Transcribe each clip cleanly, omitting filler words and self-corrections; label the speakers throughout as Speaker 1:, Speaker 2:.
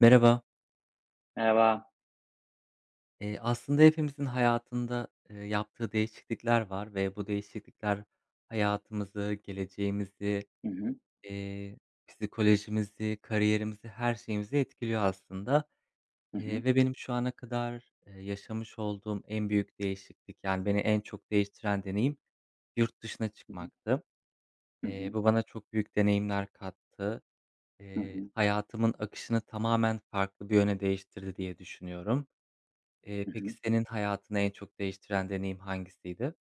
Speaker 1: Merhaba.
Speaker 2: Merhaba.
Speaker 1: Aslında hepimizin hayatında, yaptığı değişiklikler var ve bu değişiklikler hayatımızı, geleceğimizi,
Speaker 2: Hı hı.
Speaker 1: eee, psikolojimizi, kariyerimizi, her şeyimizi etkiliyor aslında,
Speaker 2: Hı hı.
Speaker 1: ve benim şu ana kadar, yaşamış olduğum en büyük değişiklik, yani, beni en çok değiştiren deneyim yurt dışına
Speaker 2: Hı hı.
Speaker 1: çıkmaktı.
Speaker 2: Hı hı.
Speaker 1: Bu bana çok büyük deneyimler kattı.
Speaker 2: Hı hı.
Speaker 1: Hayatımın akışını tamamen farklı bir yöne değiştirdi diye düşünüyorum.
Speaker 2: Hı
Speaker 1: Peki
Speaker 2: hı.
Speaker 1: senin hayatını en çok değiştiren deneyim hangisiydi?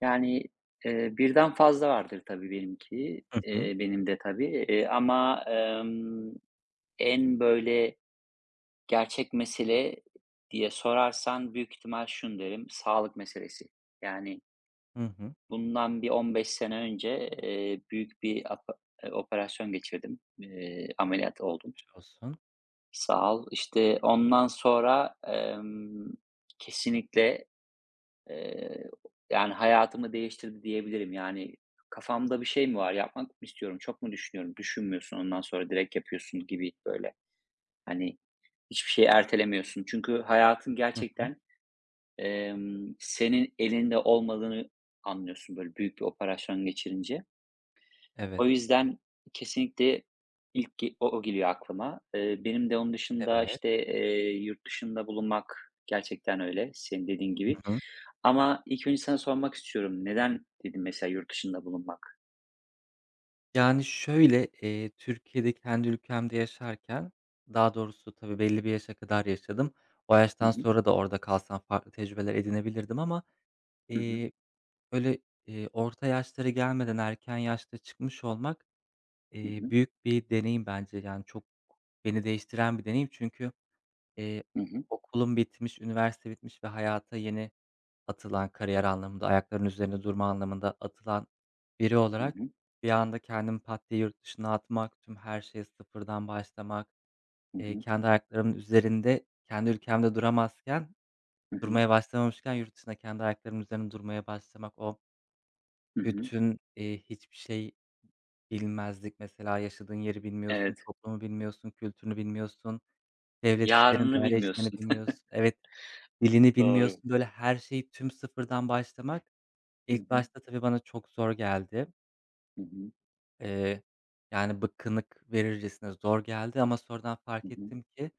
Speaker 2: Yani, birden fazla vardır tabii benimki,
Speaker 1: Hı hı.
Speaker 2: benim de tabii, ama, en böyle gerçek mesele diye sorarsan büyük ihtimal şunu derim, sağlık meselesi. Yani
Speaker 1: Hı hı.
Speaker 2: bundan bir 15 sene önce, büyük bir apa operasyon geçirdim. Ameliyat oldum.
Speaker 1: Geçmiş olsun.
Speaker 2: Sağ ol. İşte ondan sonra, kesinlikle Eee, yani hayatımı değiştirdi diyebilirim. Yani kafamda bir şey mi var? Yapmak mı istiyorum? Çok mu düşünüyorum? Düşünmüyorsun ondan sonra direkt yapıyorsun gibi böyle. Hani hiçbir şeyi ertelemiyorsun. Çünkü hayatın
Speaker 1: Hı hı.
Speaker 2: gerçekten, senin elinde olmadığını anlıyorsun böyle büyük bir operasyon geçirince.
Speaker 1: Evet,
Speaker 2: O yüzden kesinlikle ilk ge o o geliyor aklıma. Benim de onun dışında,
Speaker 1: evet.
Speaker 2: işte, yurt dışında bulunmak gerçekten öyle, senin dediğin
Speaker 1: Hı
Speaker 2: gibi.
Speaker 1: hı.
Speaker 2: Ama ilk önce sana sormak istiyorum. Neden dedim mesela yurt dışında bulunmak?
Speaker 1: Yani, şöyle, Türkiye'de kendi ülkemde yaşarken, daha doğrusu tabii belli bir yaşa kadar yaşadım. O
Speaker 2: Hı
Speaker 1: yaştan
Speaker 2: hı.
Speaker 1: sonra da orada kalsam farklı tecrübeler edinebilirdim ama,
Speaker 2: Hı hı.
Speaker 1: eee, böyle, orta yaşlara gelmeden erken yaşta çıkmış olmak,
Speaker 2: Hı hı.
Speaker 1: büyük bir deneyim bence. Yani, çok beni değiştiren bir deneyim çünkü Eee,
Speaker 2: Hı hı.
Speaker 1: okulun bitmiş, üniversite bitmiş ve hayata yeni atılan, kariyer anlamında, ayaklarının üzerinde durma anlamında atılan biri
Speaker 2: Hı
Speaker 1: olarak
Speaker 2: hı.
Speaker 1: bir anda kendimi pat diye yurt dışına atmak, tüm her şeye sıfırdan başlamak,
Speaker 2: Hı hı.
Speaker 1: kendi ayaklarımın üzerinde, kendi ülkemde duramazken,
Speaker 2: Hı hı.
Speaker 1: durmaya başlamamışken yurt dışında kendi ayaklarımın üzerinde durmaya başlamak, o
Speaker 2: Hı hı.
Speaker 1: bütün, hiçbir şey bilmezlik mesela yaşadığın yeri bilmiyorsun,
Speaker 2: Evet.
Speaker 1: toplumu bilmiyorsun, kültürünü bilmiyorsun, devlet işlerini,
Speaker 2: Yarını
Speaker 1: daire işlerini
Speaker 2: bilmiyorsun.
Speaker 1: bilmiyorsun. Evet. Dilini
Speaker 2: Doğru.
Speaker 1: bilmiyorsun, böyle, her şeyi tüm sıfırdan başlamak
Speaker 2: Hı
Speaker 1: ilk
Speaker 2: hı.
Speaker 1: başta tabii bana çok zor geldi.
Speaker 2: Hı hı.
Speaker 1: Eee, yani, bıkkınlık verircesine zor geldi ama sonradan
Speaker 2: Hı
Speaker 1: fark
Speaker 2: hı.
Speaker 1: ettim ki,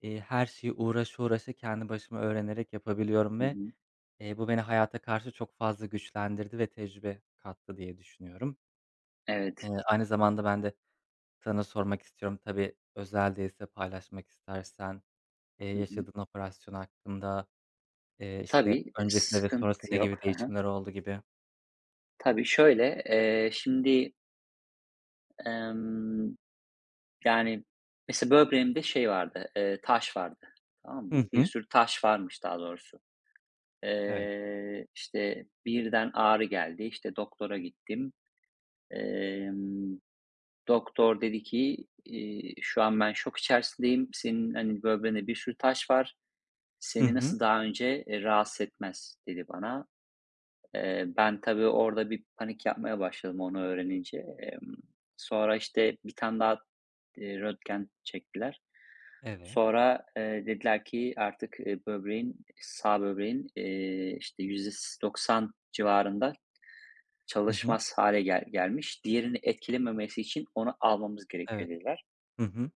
Speaker 1: her şeyi uğraşa uğraşa kendi başıma öğrenerek yapabiliyorum
Speaker 2: Hı
Speaker 1: ve,
Speaker 2: hı.
Speaker 1: bu beni hayata karşı çok fazla güçlendirdi ve tecrübe kattı diye düşünüyorum.
Speaker 2: Evet.
Speaker 1: Aynı zamanda ben de sana sormak istiyorum, tabii özel değilse paylaşmak istersen,
Speaker 2: Hı hı.
Speaker 1: yaşadığın operasyon hakkında işte,
Speaker 2: Tabii,
Speaker 1: öncesinde ve sonrasında
Speaker 2: sıkıntı
Speaker 1: ne
Speaker 2: yok.
Speaker 1: gibi
Speaker 2: Hı hı.
Speaker 1: değişimler oldu gibi.
Speaker 2: Tabii şöyle, şimdi, emm yani, mesela böbreğimde şey vardı, taş vardı, tamam mı?
Speaker 1: Hı
Speaker 2: Bir
Speaker 1: hı.
Speaker 2: sürü taş varmış daha doğrusu.
Speaker 1: Evet.
Speaker 2: İşte, birden ağrı geldi, işte, doktora gittim. Emm, doktor dedi ki, "Şu an ben şok içerisindeyim. Senin, hani, böbreğinde bir sürü taş var.
Speaker 1: Hı
Speaker 2: Seni
Speaker 1: hı.
Speaker 2: nasıl daha önce, rahatsız etmez." dedi bana. Ben tabii orada bir panik yapmaya başladım onu öğrenince. Sonra, işte, bir tane daha, röntgen çektiler.
Speaker 1: Evet.
Speaker 2: Sonra, dediler ki artık, böbreğin, sağ böbreğin, işte, %90 civarında
Speaker 1: Hı hı.
Speaker 2: çalışmaz hale gelmiş. Diğerini etkilememesi için onu almamız
Speaker 1: Evet.
Speaker 2: gerekiyor dediler.
Speaker 1: Hı hı.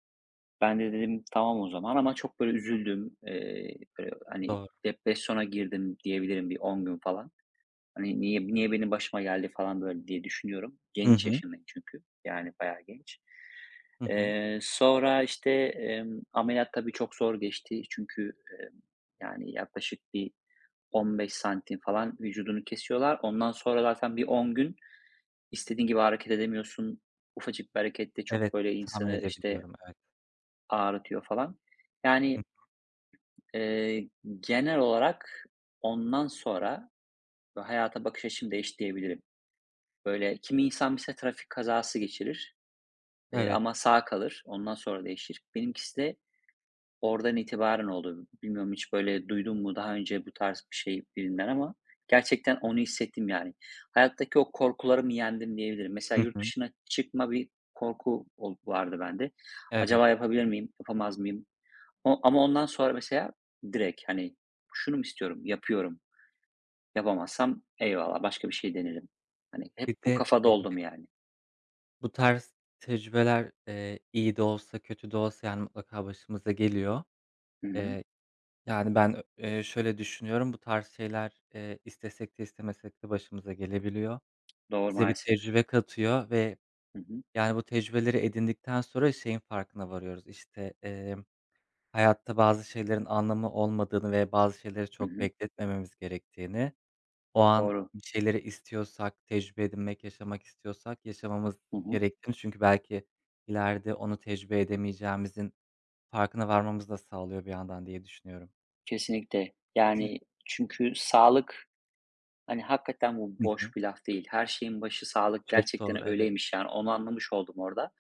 Speaker 2: Ben de dedim tamam o zaman ama çok böyle üzüldüm. Böyle, hani,
Speaker 1: Doğru.
Speaker 2: depresyona girdim diyebilirim bir 10 gün falan. Hani, niye niye benim başıma geldi falan böyle diye düşünüyorum.
Speaker 1: Hı
Speaker 2: Genç
Speaker 1: hı.
Speaker 2: yaşındayım çünkü, yani bayağı genç.
Speaker 1: Hı hı.
Speaker 2: Sonra, işte, ameliyat tabii çok zor geçti. Çünkü, emm, yani yaklaşık bir 15 santim falan vücudunu kesiyorlar. Ondan sonra zaten bir 10 gün istediğin gibi hareket edemiyorsun. Ufacık bir hareket de çok
Speaker 1: Evet,
Speaker 2: böyle
Speaker 1: tahmin
Speaker 2: insanı, işte,
Speaker 1: edebiliyorum, evet.
Speaker 2: ağrıtıyor falan.
Speaker 1: Hı.
Speaker 2: Yani, eee, genel olarak ondan sonra hayata bakış açım değişti diyebilirim. Böyle, kimi insan mesela trafik kazası geçirir,
Speaker 1: Evet.
Speaker 2: ama sağ kalır, ondan sonra değişir. Benimkisi de oradan itibaren oldu. Bilmiyorum hiç böyle duydun mu daha önce bu tarz bir şey birinden ama gerçekten onu hissettim yani. Hayattaki o korkularımı yendim diyebilirim. Mesela
Speaker 1: Hı
Speaker 2: yurt
Speaker 1: hı.
Speaker 2: dışına çıkma bir korku vardı bende.
Speaker 1: Evet.
Speaker 2: Acaba yapabilir miyim, yapamaz mıyım? Ama ondan sonra mesela direkt, hani, şunu mu istiyorum, yapıyorum. Yapamazsam eyvallah, başka bir şey denerim. Hani, hep
Speaker 1: Bir
Speaker 2: bu
Speaker 1: de,
Speaker 2: kafada oldum yani.
Speaker 1: bu tarz tecrübeler, iyi de olsa kötü de olsa, yani, mutlaka başımıza geliyor.
Speaker 2: Hı hı.
Speaker 1: Eee, yani, ben, şöyle düşünüyorum, bu tarz şeyler, istesek de istemesek de başımıza gelebiliyor.
Speaker 2: Doğru
Speaker 1: Bize bir
Speaker 2: maalesef.
Speaker 1: tecrübe katıyor ve
Speaker 2: Hı hı.
Speaker 1: yani, bu tecrübeleri edindikten sonra şeyin farkına varıyoruz. İşte hayatta bazı şeylerin anlamı olmadığını ve bazı şeyleri
Speaker 2: Hı
Speaker 1: çok
Speaker 2: hı.
Speaker 1: bekletmememiz gerektiğini, o an
Speaker 2: Doğru.
Speaker 1: bir şeyleri istiyorsak, tecrübe edinmek, yaşamak istiyorsak yaşamamız
Speaker 2: Hı hı.
Speaker 1: gerektiğini çünkü belki ileride onu tecrübe edemeyeceğimizin farkına varmamızı da sağlıyor bir yandan diye düşünüyorum.
Speaker 2: Kesinlikle. Yani, çünkü sağlık, hani, hakikaten bu
Speaker 1: Hı hı.
Speaker 2: boş bir laf değil. Her şeyin başı sağlık
Speaker 1: Çok doğru,
Speaker 2: gerçekten
Speaker 1: evet.
Speaker 2: öyleymiş, yani, onu anlamış oldum orada.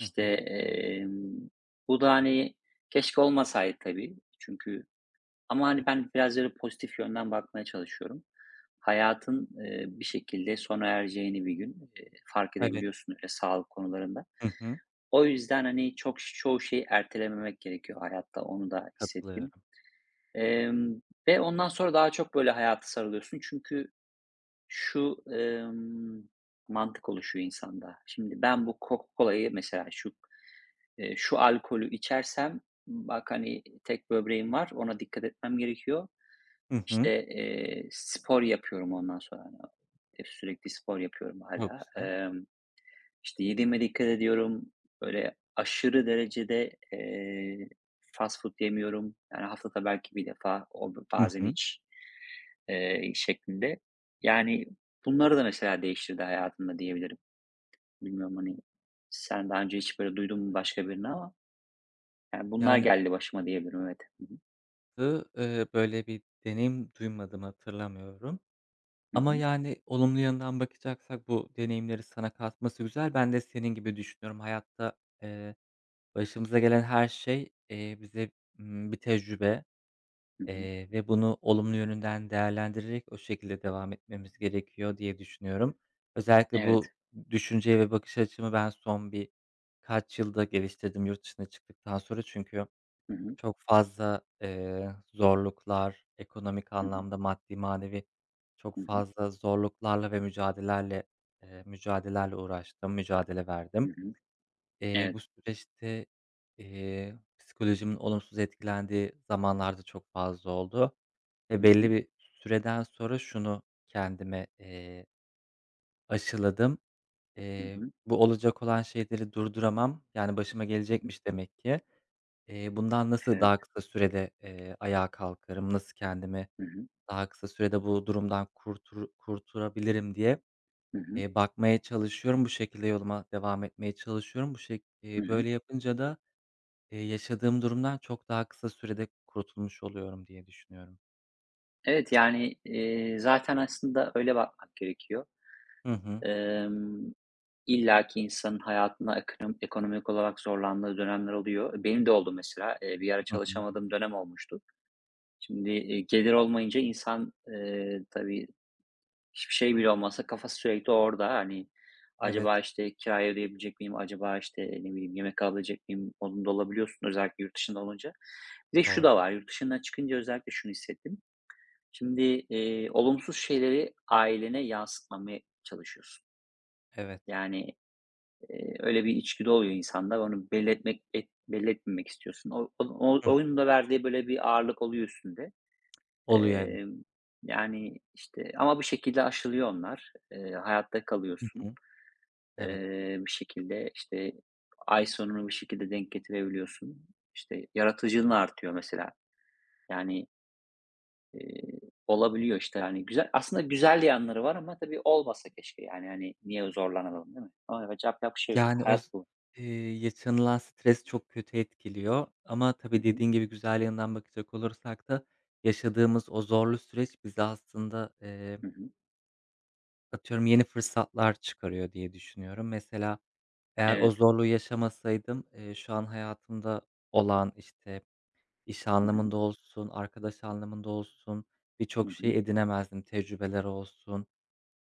Speaker 1: Hı hı.
Speaker 2: bu da, hani, keşke olmasaydı tabii çünkü ama, hani,
Speaker 1: Evet.
Speaker 2: ben biraz böyle pozitif yönden bakmaya çalışıyorum. Hayatın, bir şekilde sona ereceğini bir gün, fark
Speaker 1: Evet.
Speaker 2: edebiliyorsun öyle sağlık konularında.
Speaker 1: Hı hı.
Speaker 2: O yüzden, hani, çok çoğu şeyi ertelememek gerekiyor hayatta, onu da hissettim.
Speaker 1: Katılıyorum.
Speaker 2: Emm, ve ondan sonra daha çok, böyle, hayata sarılıyorsun. Çünkü şu, mantık oluşuyor insanda. Şimdi ben bu Coca-Cola'yı mesela şu, şu alkolü içersem bak, hani, tek böbreğim var, ona dikkat etmem gerekiyor.
Speaker 1: Hı hı.
Speaker 2: İşte, spor yapıyorum ondan sonra, hani, sürekli spor yapıyorum
Speaker 1: Çok
Speaker 2: hala.
Speaker 1: güzel.
Speaker 2: İşte yediğime dikkat ediyorum. Böyle aşırı derecede, fast food yemiyorum. Yani haftada belki bir defa, o
Speaker 1: Hı
Speaker 2: bazen
Speaker 1: hı.
Speaker 2: hiç, şeklinde. Yani bunları da mesela değiştirdi hayatımda diyebilirim. Bilmiyorum, hani, sen daha önce hiç böyle duydun mu başka birini ama yani bunlar
Speaker 1: Yani
Speaker 2: geldi başıma diyebilirim, evet. Hı hı.
Speaker 1: Böyle bir deneyim duymadım, hatırlamıyorum.
Speaker 2: Hı
Speaker 1: Ama,
Speaker 2: hı.
Speaker 1: yani, olumlu yanından bakacaksak bu deneyimleri sana katması güzel. Ben de senin gibi düşünüyorum. Hayatta, eee, başımıza gelen her şey, bize, bir tecrübe,
Speaker 2: Hı hı.
Speaker 1: ve bunu olumlu yönünden değerlendirerek o şekilde devam etmemiz gerekiyor diye düşünüyorum. Özellikle
Speaker 2: Evet.
Speaker 1: bu düşünceyi ve bakış açımı ben son birkaç yılda geliştirdim yurt dışına çıktıktan sonra. Çünkü
Speaker 2: Hı hı.
Speaker 1: çok fazla, zorluklar, ekonomik
Speaker 2: Hı hı.
Speaker 1: anlamda, maddi manevi çok
Speaker 2: Hı hı.
Speaker 1: fazla zorluklarla ve mücadelelerle uğraştım, mücadele
Speaker 2: Hı
Speaker 1: verdim.
Speaker 2: hı.
Speaker 1: Bu
Speaker 2: Evet.
Speaker 1: süreçte, psikolojimin olumsuz etkilendiği zamanlarda çok fazla oldu ve
Speaker 2: Hı
Speaker 1: belli
Speaker 2: hı.
Speaker 1: bir süreden sonra şunu kendime, aşıladım.
Speaker 2: Hı
Speaker 1: Eee,
Speaker 2: hı.
Speaker 1: bu olacak olan şeyleri durduramam, yani başıma
Speaker 2: Hı hı.
Speaker 1: gelecekmiş demek ki. Bundan nasıl
Speaker 2: Evet.
Speaker 1: daha kısa sürede, ayağa kalkarım, nasıl kendimi
Speaker 2: Hı hı.
Speaker 1: daha kısa sürede bu durumdan kurtarabilirim diye,
Speaker 2: Hı hı.
Speaker 1: bakmaya çalışıyorum. Bu şekilde yoluma devam etmeye çalışıyorum. Bu şek
Speaker 2: Hı hı.
Speaker 1: böyle yapınca da, yaşadığım durumdan çok daha kısa sürede kurtulmuş oluyorum diye düşünüyorum.
Speaker 2: Evet, yani, zaten aslında öyle bakmak gerekiyor.
Speaker 1: Hı hı.
Speaker 2: Em, İlla ki insanın hayatında ekonomik olarak zorlandığı dönemler oluyor. Benim de oldu mesela. Bir ara
Speaker 1: Hı hı.
Speaker 2: çalışamadığım dönem olmuştu. Şimdi, gelir olmayınca insan, tabii hiçbir şey bile olmasa kafası sürekli orada. Hani, acaba,
Speaker 1: Evet,
Speaker 2: işte, kirayı ödeyebilecek miyim? Acaba, işte, ne bileyim, yemek alabilecek miyim? Modunda olabiliyorsun özellikle yurt dışında olunca. Bir de şu
Speaker 1: doğru.
Speaker 2: da var, yurt dışına çıkınca özellikle şunu hissettim. Şimdi, olumsuz şeyleri ailene yansıtmamaya çalışıyorsun.
Speaker 1: Evet.
Speaker 2: Yani, öyle bir içgüdü oluyor insanda. Onu belli etmek belli etmemek istiyorsun. O o o
Speaker 1: Hıh.
Speaker 2: Onun da verdiği böyle bir ağırlık oluyor üstünde.
Speaker 1: Oluyor, evet.
Speaker 2: Emm, yani, işte, ama bir şekilde aşılıyor onlar. Hayatta
Speaker 1: Hı
Speaker 2: kalıyorsun.
Speaker 1: hı. Evet.
Speaker 2: Bir şekilde, işte, ay sonunu bir şekilde denk getirebiliyorsun. İşte, yaratıcılığın artıyor mesela. Yani, Eee, olabiliyor işte, yani, güzel aslında güzel yanları var ama tabii olmasa keşke, yani, hani, niye zorlanalım, değil mi? Ama evet, yapacak bir şey yok.
Speaker 1: Yani, o
Speaker 2: Hayat
Speaker 1: s
Speaker 2: bu.
Speaker 1: eee, yaşanılan stres çok kötü etkiliyor ama
Speaker 2: Hı
Speaker 1: tabii
Speaker 2: hı.
Speaker 1: dediğin gibi güzel yanından bakacak olursak da yaşadığımız o zorlu süreç bize aslında,
Speaker 2: Hı hı.
Speaker 1: atıyorum, yeni fırsatlar çıkarıyor diye düşünüyorum. Mesela eğer o
Speaker 2: Evet.
Speaker 1: zorluğu yaşamasaydım, şu an hayatımda olan, işte, iş
Speaker 2: Hı hı.
Speaker 1: anlamında olsun, arkadaş anlamında olsun
Speaker 2: Hı
Speaker 1: birçok
Speaker 2: hı.
Speaker 1: şey edinemezdim, tecrübeler olsun.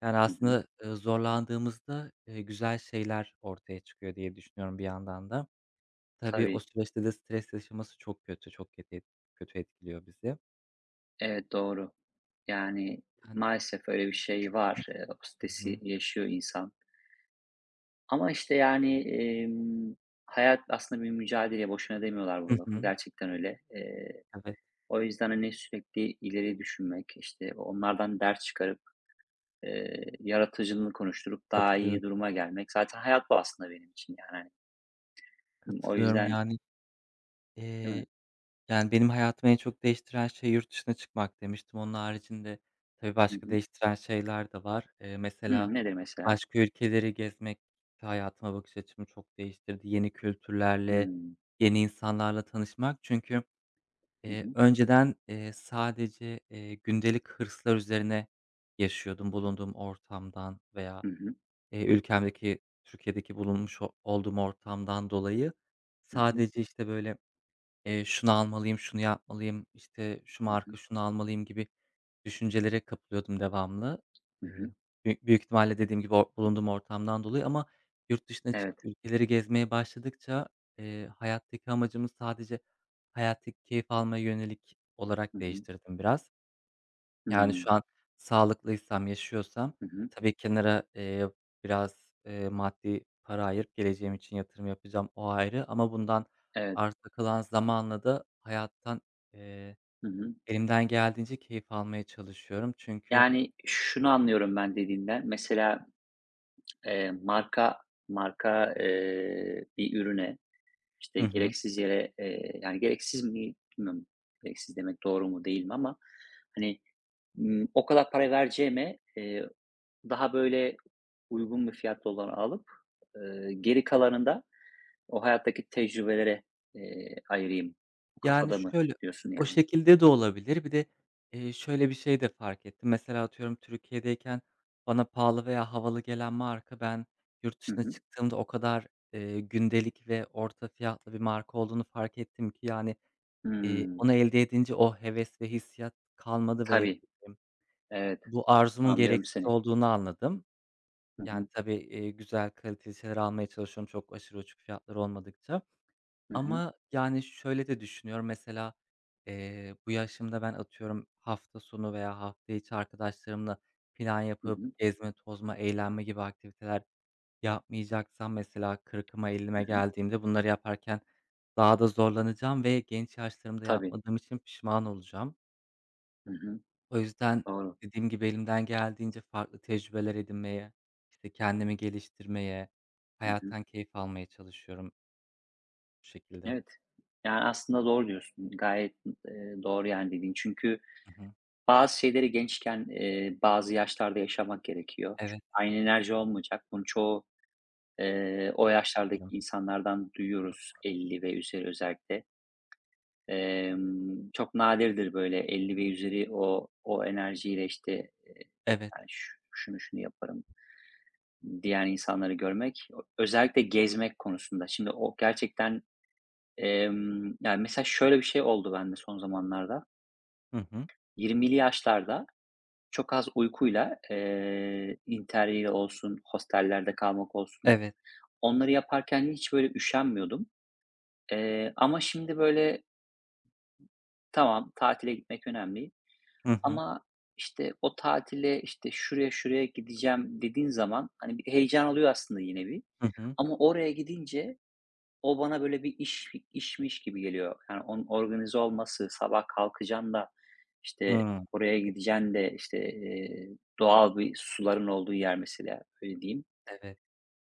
Speaker 1: Yani,
Speaker 2: Hı hı.
Speaker 1: aslında, zorlandığımızda, güzel şeyler ortaya çıkıyor diye düşünüyorum bir yandan da. Tabii, o
Speaker 2: Tabii.
Speaker 1: süreçte de stres yaşaması çok kötü, çok kötü et kötü etkiliyor bizi.
Speaker 2: Evet, doğru. Yani,
Speaker 1: Yani
Speaker 2: maalesef öyle bir şey var. O
Speaker 1: Hı
Speaker 2: stresi
Speaker 1: hı.
Speaker 2: yaşıyor insan ama işte, yani, hayat aslında bir mücadele. Boşuna demiyorlar
Speaker 1: Hı
Speaker 2: bu lafı.
Speaker 1: hı.
Speaker 2: Gerçekten öyle.
Speaker 1: Evet,
Speaker 2: O yüzden, hani, sürekli ileri düşünmek, işte, onlardan ders çıkarıp yaratıcılığını konuşturup daha
Speaker 1: katılıyorum,
Speaker 2: iyi duruma gelmek. Zaten hayat bu aslında benim için yani, hani. O
Speaker 1: katılıyorum.
Speaker 2: yüzden.
Speaker 1: Yani,
Speaker 2: Değil
Speaker 1: eee,
Speaker 2: mi?
Speaker 1: yani, benim hayatımı en çok değiştiren şey yurt dışına çıkmak demiştim. Onun haricinde tabii
Speaker 2: Hı
Speaker 1: başka
Speaker 2: hı.
Speaker 1: değiştiren şeyler de var. Mesela
Speaker 2: Hımm, nedir mesela?
Speaker 1: başka ülkeleri gezmek hayatıma bakış açımı çok değiştirdi. Yeni kültürlerle,
Speaker 2: Hımm.
Speaker 1: yeni insanlarla tanışmak çünkü
Speaker 2: Hı hı.
Speaker 1: Önceden, sadece, gündelik hırslar üzerine yaşıyordum bulunduğum ortamdan veya,
Speaker 2: Hı hı.
Speaker 1: ülkemdeki, Türkiye'deki bulunmuş o olduğum ortamdan dolayı.
Speaker 2: Hı hı.
Speaker 1: Sadece, işte, böyle şunu almalıyım, şunu yapmalıyım, işte, şu
Speaker 2: Hı hı.
Speaker 1: marka şunu almalıyım gibi düşüncelere kapılıyordum devamlı.
Speaker 2: Hı hı.
Speaker 1: Eee, büyük büyük ihtimalle dediğim gibi o bulunduğum ortamdan dolayı ama yurt dışına çıkıp
Speaker 2: Evet.
Speaker 1: ülkeleri gezmeye başladıkça, hayattaki amacımı sadece hayattaki keyif almaya yönelik
Speaker 2: Hı
Speaker 1: olarak
Speaker 2: hı.
Speaker 1: değiştirdim biraz. Yani,
Speaker 2: Hımm.
Speaker 1: şu an sağlıklıysam, yaşıyorsam
Speaker 2: Hı hı.
Speaker 1: tabii kenara, biraz, maddi para ayırıp geleceğim için yatırım yapacağım, o ayrı ama bundan
Speaker 2: Evet.
Speaker 1: arta kalan zamanla da hayattan, eee,
Speaker 2: Hı hı.
Speaker 1: elimden geldiğince keyif almaya çalışıyorum. Çünkü
Speaker 2: Yani, şunu anlıyorum ben dediğinden, mesela, eee, marka marka, bir ürüne, işte,
Speaker 1: Hı hı.
Speaker 2: gereksiz yere, yani, gereksiz mi bilmiyorum, gereksiz demek doğru mu değil mi ama, hani, o kadar para vereceğime, daha böyle uygun bir fiyatlı olanı alıp, geri kalanını da o hayattaki tecrübelere, ayırayım. Bu
Speaker 1: Yani,
Speaker 2: kafada mı
Speaker 1: şöyle,
Speaker 2: diyorsun
Speaker 1: o
Speaker 2: yani?
Speaker 1: şekilde de olabilir. Bir de, şöyle bir şey de fark ettim. Mesela atıyorum Türkiye'deyken bana pahalı veya havalı gelen marka ben yurt
Speaker 2: Hı
Speaker 1: dışına
Speaker 2: hı.
Speaker 1: çıktığımda o kadar, gündelik ve orta fiyatlı bir marka olduğunu fark ettim ki, yani,
Speaker 2: Hımm.
Speaker 1: onu elde edince o heves ve hissiyat kalmadı ve,
Speaker 2: Tabii,
Speaker 1: emm,
Speaker 2: evet,
Speaker 1: bu arzumun
Speaker 2: anlıyorum
Speaker 1: gereksiz
Speaker 2: seni.
Speaker 1: olduğunu anladım.
Speaker 2: Hı
Speaker 1: Yani,
Speaker 2: hı.
Speaker 1: tabii, güzel kaliteli şeyler almaya çalışıyorum çok aşırı uçuk fiyatlar olmadıkça.
Speaker 2: Hı hı.
Speaker 1: Ama, yani, şöyle de düşünüyorum, mesela, bu yaşımda ben atıyorum hafta sonu veya hafta içi arkadaşlarımla plan
Speaker 2: Hı
Speaker 1: yapıp
Speaker 2: hı.
Speaker 1: gezme, tozma, eğlenme gibi aktiviteler yapmayacaksam mesela 40'ıma
Speaker 2: Hı
Speaker 1: 50'ime
Speaker 2: hı.
Speaker 1: geldiğimde bunları yaparken daha da zorlanacağım ve genç yaşlarımda
Speaker 2: Tabii.
Speaker 1: yapmadığım için pişman olacağım.
Speaker 2: Hı hı.
Speaker 1: O yüzden
Speaker 2: Doğru.
Speaker 1: dediğim gibi elimden geldiğince farklı tecrübeler edinmeye, işte, kendimi geliştirmeye,
Speaker 2: Hı hı.
Speaker 1: hayattan keyif almaya çalışıyorum bu şekilde.
Speaker 2: Evet. Yani, aslında doğru diyorsun. Gayet, doğru yani dediğin. Çünkü
Speaker 1: Hı hı.
Speaker 2: bazı şeyleri gençken, bazı yaşlarda yaşamak gerekiyor.
Speaker 1: Evet.
Speaker 2: Çünkü aynı enerji olmayacak. Bunun çoğu o yaşlardaki
Speaker 1: Diyorum.
Speaker 2: insanlardan duyuyoruz 50 ve üzeri özellikle. Çok nadirdir böyle 50 ve üzeri o o enerjiyle, işte, eee,
Speaker 1: Evet.
Speaker 2: yani, şunu şunu yaparım." diyen insanları görmek. Özellikle gezmek konusunda. Şimdi o gerçekten, yani, mesela şöyle bir şey oldu bende son zamanlarda.
Speaker 1: Hı hı.
Speaker 2: 20'li yaşlarda çok az uykuyla, Interrail olsun, hostellerde kalmak olsun,
Speaker 1: Evet.
Speaker 2: onları yaparken hiç böyle üşenmiyordum. Ama şimdi böyle tamam, tatile gitmek önemli
Speaker 1: Hı hı.
Speaker 2: ama, işte, o tatile, işte, şuraya, şuraya gideceğim dediğin zaman, hani, bir heyecan oluyor aslında yine bir
Speaker 1: Hı hı.
Speaker 2: ama oraya gidince o bana böyle bir işmiş gibi geliyor. Yani, onun organize olması, sabah kalkacaksın da, işte,
Speaker 1: Hıı.
Speaker 2: oraya gideceksin de, işte, doğal bir suların olduğu yer mesela, öyle diyeyim.
Speaker 1: Evet.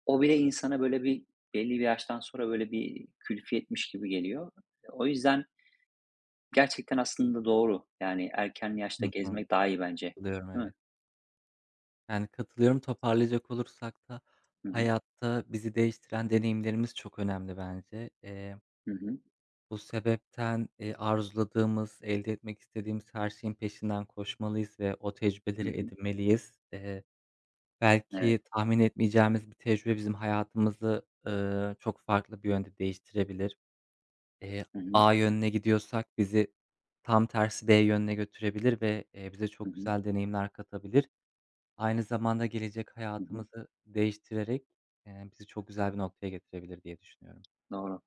Speaker 2: O bile insana böyle bir belli bir yaştan sonra böyle bir külfiyetmiş gibi geliyor. O yüzden gerçekten aslında doğru. Yani erken
Speaker 1: Hı
Speaker 2: yaşta
Speaker 1: hı.
Speaker 2: gezmek daha iyi bence,
Speaker 1: Katılıyorum,
Speaker 2: değil mi?
Speaker 1: evet. Yani, katılıyorum. Toparlayacak olursak da
Speaker 2: Hı hı.
Speaker 1: hayatta bizi değiştiren deneyimlerimiz çok önemli bence.
Speaker 2: Hı hı.
Speaker 1: Bu sebepten, arzuladığımız, elde etmek istediğimiz her şeyin peşinden koşmalıyız ve o
Speaker 2: Hı
Speaker 1: tecrübeleri
Speaker 2: hı.
Speaker 1: edinmeliyiz.
Speaker 2: Evet.
Speaker 1: Belki tahmin etmeyeceğimiz bir tecrübe bizim hayatımızı, çok farklı bir yönde değiştirebilir. Eee,
Speaker 2: Hı hı.
Speaker 1: A yönüne gidiyorsak bizi tam tersi D yönüne götürebilir ve, bize
Speaker 2: Hı
Speaker 1: çok
Speaker 2: hı.
Speaker 1: güzel deneyimler katabilir. Aynı zamanda gelecek
Speaker 2: Hı hı.
Speaker 1: hayatımızı değiştirerek, bizi çok güzel bir noktaya getirebilir diye düşünüyorum.
Speaker 2: Doğru.